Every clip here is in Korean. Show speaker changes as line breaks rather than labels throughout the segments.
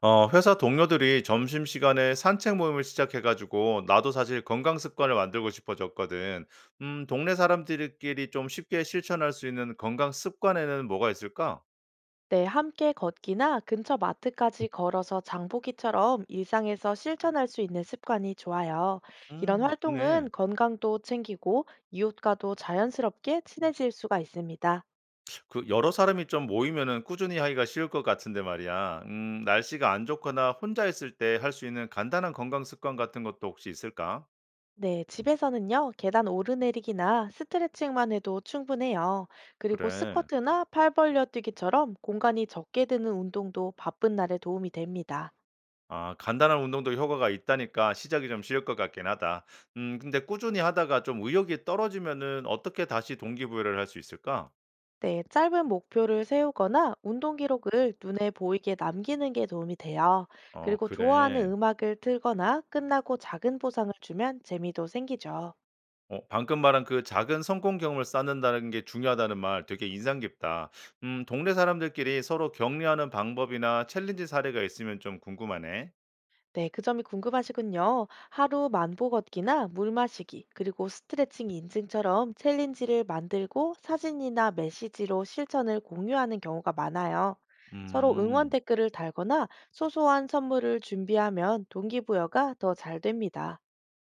회사 동료들이 점심시간에 산책 모임을 시작해가지고, 나도 사실 건강 습관을 만들고 싶어졌거든. 동네 사람들끼리 좀 쉽게 실천할 수 있는 건강 습관에는 뭐가 있을까?
네, 함께 걷기나 근처 마트까지 걸어서 장보기처럼 일상에서 실천할 수 있는 습관이 좋아요. 이런
좋네.
활동은 건강도 챙기고 이웃과도 자연스럽게 친해질 수가 있습니다.
여러 사람이 좀 모이면은 꾸준히 하기가 쉬울 것 같은데 말이야. 날씨가 안 좋거나 혼자 있을 때 할 수 있는 간단한 건강 습관 같은 것도 혹시 있을까?
네, 집에서는요, 계단 오르내리기나 스트레칭만 해도 충분해요. 그리고
그래.
스쿼트나 팔 벌려 뛰기처럼 공간이 적게 드는 운동도 바쁜 날에 도움이 됩니다.
아, 간단한 운동도 효과가 있다니까 시작이 좀 쉬울 것 같긴 하다. 근데 꾸준히 하다가 좀 의욕이 떨어지면은 어떻게 다시 동기부여를 할 수 있을까?
네, 짧은 목표를 세우거나 운동 기록을 눈에 보이게 남기는 게 도움이 돼요.
어,
그리고 좋아하는
그래.
음악을 틀거나 끝나고 작은 보상을 주면 재미도 생기죠.
방금 말한 그 작은 성공 경험을 쌓는다는 게 중요하다는 말 되게 인상 깊다. 동네 사람들끼리 서로 격려하는 방법이나 챌린지 사례가 있으면 좀 궁금하네.
네, 그 점이 궁금하시군요. 하루 만보 걷기나 물 마시기, 그리고 스트레칭 인증처럼 챌린지를 만들고 사진이나 메시지로 실천을 공유하는 경우가 많아요. 서로 응원
음.
댓글을 달거나 소소한 선물을 준비하면 동기부여가 더 잘 됩니다.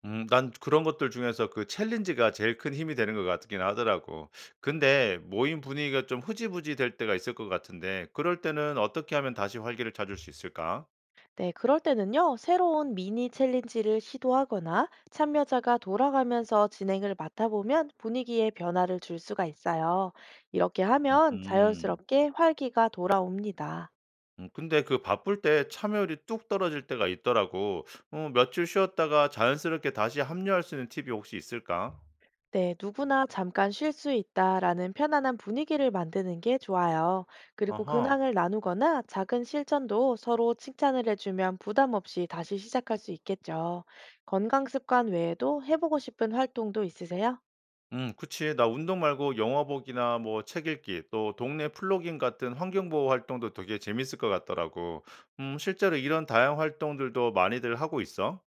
난 그런 것들 중에서 그 챌린지가 제일 큰 힘이 되는 것 같긴 하더라고. 근데 모임 분위기가 좀 흐지부지 될 때가 있을 것 같은데 그럴 때는 어떻게 하면 다시 활기를 찾을 수 있을까?
네, 그럴 때는요, 새로운 미니 챌린지를 시도하거나 참여자가 돌아가면서 진행을 맡아보면 분위기에 변화를 줄 수가 있어요. 이렇게 하면
음.
자연스럽게 활기가 돌아옵니다.
근데 그 바쁠 때 참여율이 뚝 떨어질 때가 있더라고. 며칠 쉬었다가 자연스럽게 다시 합류할 수 있는 팁이 혹시 있을까?
네, 누구나 잠깐 쉴 수 있다라는 편안한 분위기를 만드는 게 좋아요. 그리고
아하.
근황을 나누거나 작은 실천도 서로 칭찬을 해주면 부담 없이 다시 시작할 수 있겠죠. 건강 습관 외에도 해보고 싶은 활동도 있으세요?
그치. 나 운동 말고 영화 보기나 뭐 책 읽기, 또 동네 플로깅 같은 환경보호 활동도 되게 재밌을 것 같더라고. 실제로 이런 다양한 활동들도 많이들 하고 있어?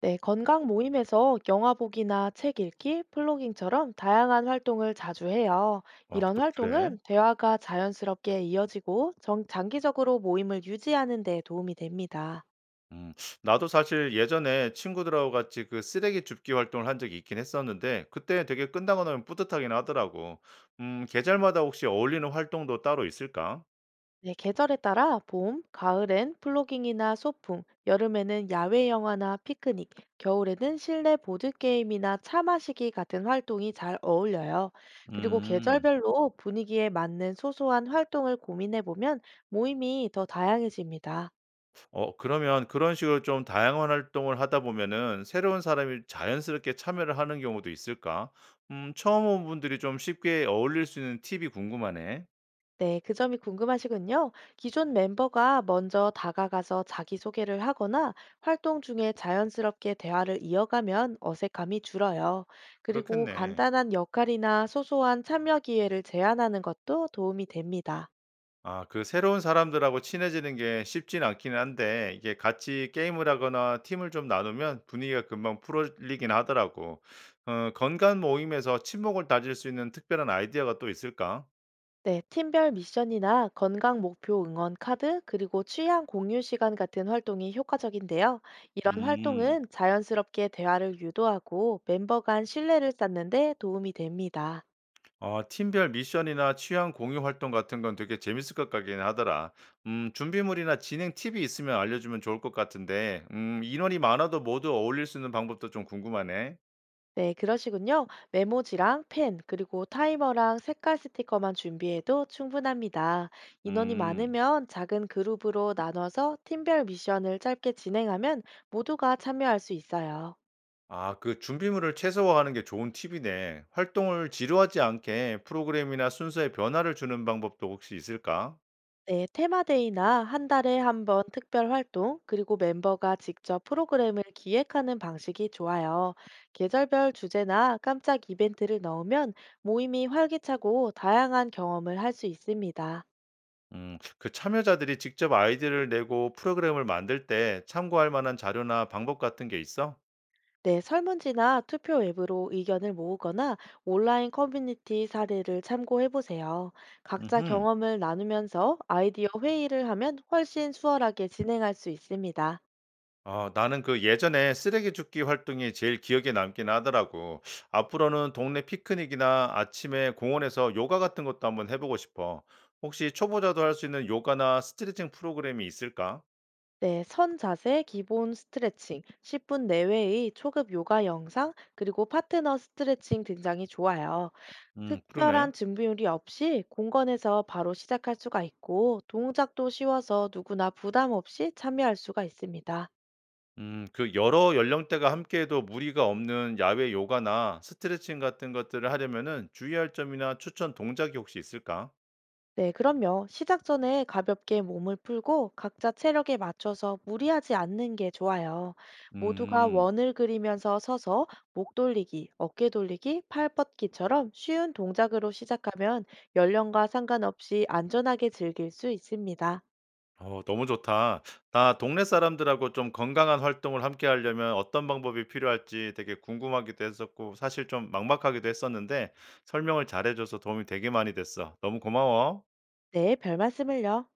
네, 건강 모임에서 영화 보기나 책 읽기, 플로깅처럼 다양한 활동을 자주 해요.
와,
이런
또 그래.
활동은 대화가 자연스럽게 이어지고 장기적으로 모임을 유지하는 데 도움이 됩니다.
음, 나도 사실 예전에 친구들하고 같이 그 쓰레기 줍기 활동을 한 적이 있긴 했었는데, 그때 되게 끝나고 나면 뿌듯하긴 하더라고. 계절마다 혹시 어울리는 활동도 따로 있을까?
네, 계절에 따라 봄, 가을엔 플로깅이나 소풍, 여름에는 야외 영화나 피크닉, 겨울에는 실내 보드게임이나 차 마시기 같은 활동이 잘 어울려요. 그리고
음.
계절별로 분위기에 맞는 소소한 활동을 고민해 보면 모임이 더 다양해집니다.
그러면 그런 식으로 좀 다양한 활동을 하다 보면은 새로운 사람이 자연스럽게 참여를 하는 경우도 있을까? 처음 온 분들이 좀 쉽게 어울릴 수 있는 팁이 궁금하네.
네, 그 점이 궁금하시군요. 기존 멤버가 먼저 다가가서 자기소개를 하거나 활동 중에 자연스럽게 대화를 이어가면 어색함이 줄어요. 그리고
그렇겠네.
간단한 역할이나 소소한 참여 기회를 제안하는 것도 도움이 됩니다.
아, 그 새로운 사람들하고 친해지는 게 쉽진 않기는 한데 이게 같이 게임을 하거나 팀을 좀 나누면 분위기가 금방 풀어지긴 하더라고. 건강 모임에서 친목을 다질 수 있는 특별한 아이디어가 또 있을까?
네, 팀별 미션이나 건강 목표 응원 카드, 그리고 취향 공유 시간 같은 활동이 효과적인데요. 이런
음.
활동은 자연스럽게 대화를 유도하고 멤버 간 신뢰를 쌓는 데 도움이 됩니다.
팀별 미션이나 취향 공유 활동 같은 건 되게 재밌을 것 같긴 하더라. 준비물이나 진행 팁이 있으면 알려주면 좋을 것 같은데, 인원이 많아도 모두 어울릴 수 있는 방법도 좀 궁금하네.
네, 그러시군요. 메모지랑 펜, 그리고 타이머랑 색깔 스티커만 준비해도 충분합니다. 인원이
음,
많으면 작은 그룹으로 나눠서 팀별 미션을 짧게 진행하면 모두가 참여할 수 있어요.
아, 그 준비물을 최소화하는 게 좋은 팁이네. 활동을 지루하지 않게 프로그램이나 순서에 변화를 주는 방법도 혹시 있을까?
네, 테마데이나 한 달에 한 번 특별 활동, 그리고 멤버가 직접 프로그램을 기획하는 방식이 좋아요. 계절별 주제나 깜짝 이벤트를 넣으면 모임이 활기차고 다양한 경험을 할 수 있습니다.
그 참여자들이 직접 아이디를 내고 프로그램을 만들 때 참고할 만한 자료나 방법 같은 게 있어?
네, 설문지나 투표 앱으로 의견을 모으거나 온라인 커뮤니티 사례를 참고해 보세요. 각자
음.
경험을 나누면서 아이디어 회의를 하면 훨씬 수월하게 진행할 수 있습니다.
아, 나는 그 예전에 쓰레기 줍기 활동이 제일 기억에 남긴 하더라고. 앞으로는 동네 피크닉이나 아침에 공원에서 요가 같은 것도 한번 해보고 싶어. 혹시 초보자도 할 수 있는 요가나 스트레칭 프로그램이 있을까?
네, 선 자세, 기본 스트레칭, 10분 내외의 초급 요가 영상, 그리고 파트너 스트레칭 등장이 좋아요.
그러네.
특별한 준비물이 없이 공건에서 바로 시작할 수가 있고, 동작도 쉬워서 누구나 부담 없이 참여할 수가 있습니다.
그 여러 연령대가 함께해도 무리가 없는 야외 요가나 스트레칭 같은 것들을 하려면은 주의할 점이나 추천 동작이 혹시 있을까?
네, 그럼요. 시작 전에 가볍게 몸을 풀고 각자 체력에 맞춰서 무리하지 않는 게 좋아요. 모두가
음.
원을 그리면서 서서 목 돌리기, 어깨 돌리기, 팔 뻗기처럼 쉬운 동작으로 시작하면 연령과 상관없이 안전하게 즐길 수 있습니다.
너무 좋다. 나 동네 사람들하고 좀 건강한 활동을 함께 하려면 어떤 방법이 필요할지 되게 궁금하기도 했었고, 사실 좀 막막하기도 했었는데, 설명을 잘해줘서 도움이 되게 많이 됐어. 너무 고마워.
네, 별 말씀을요.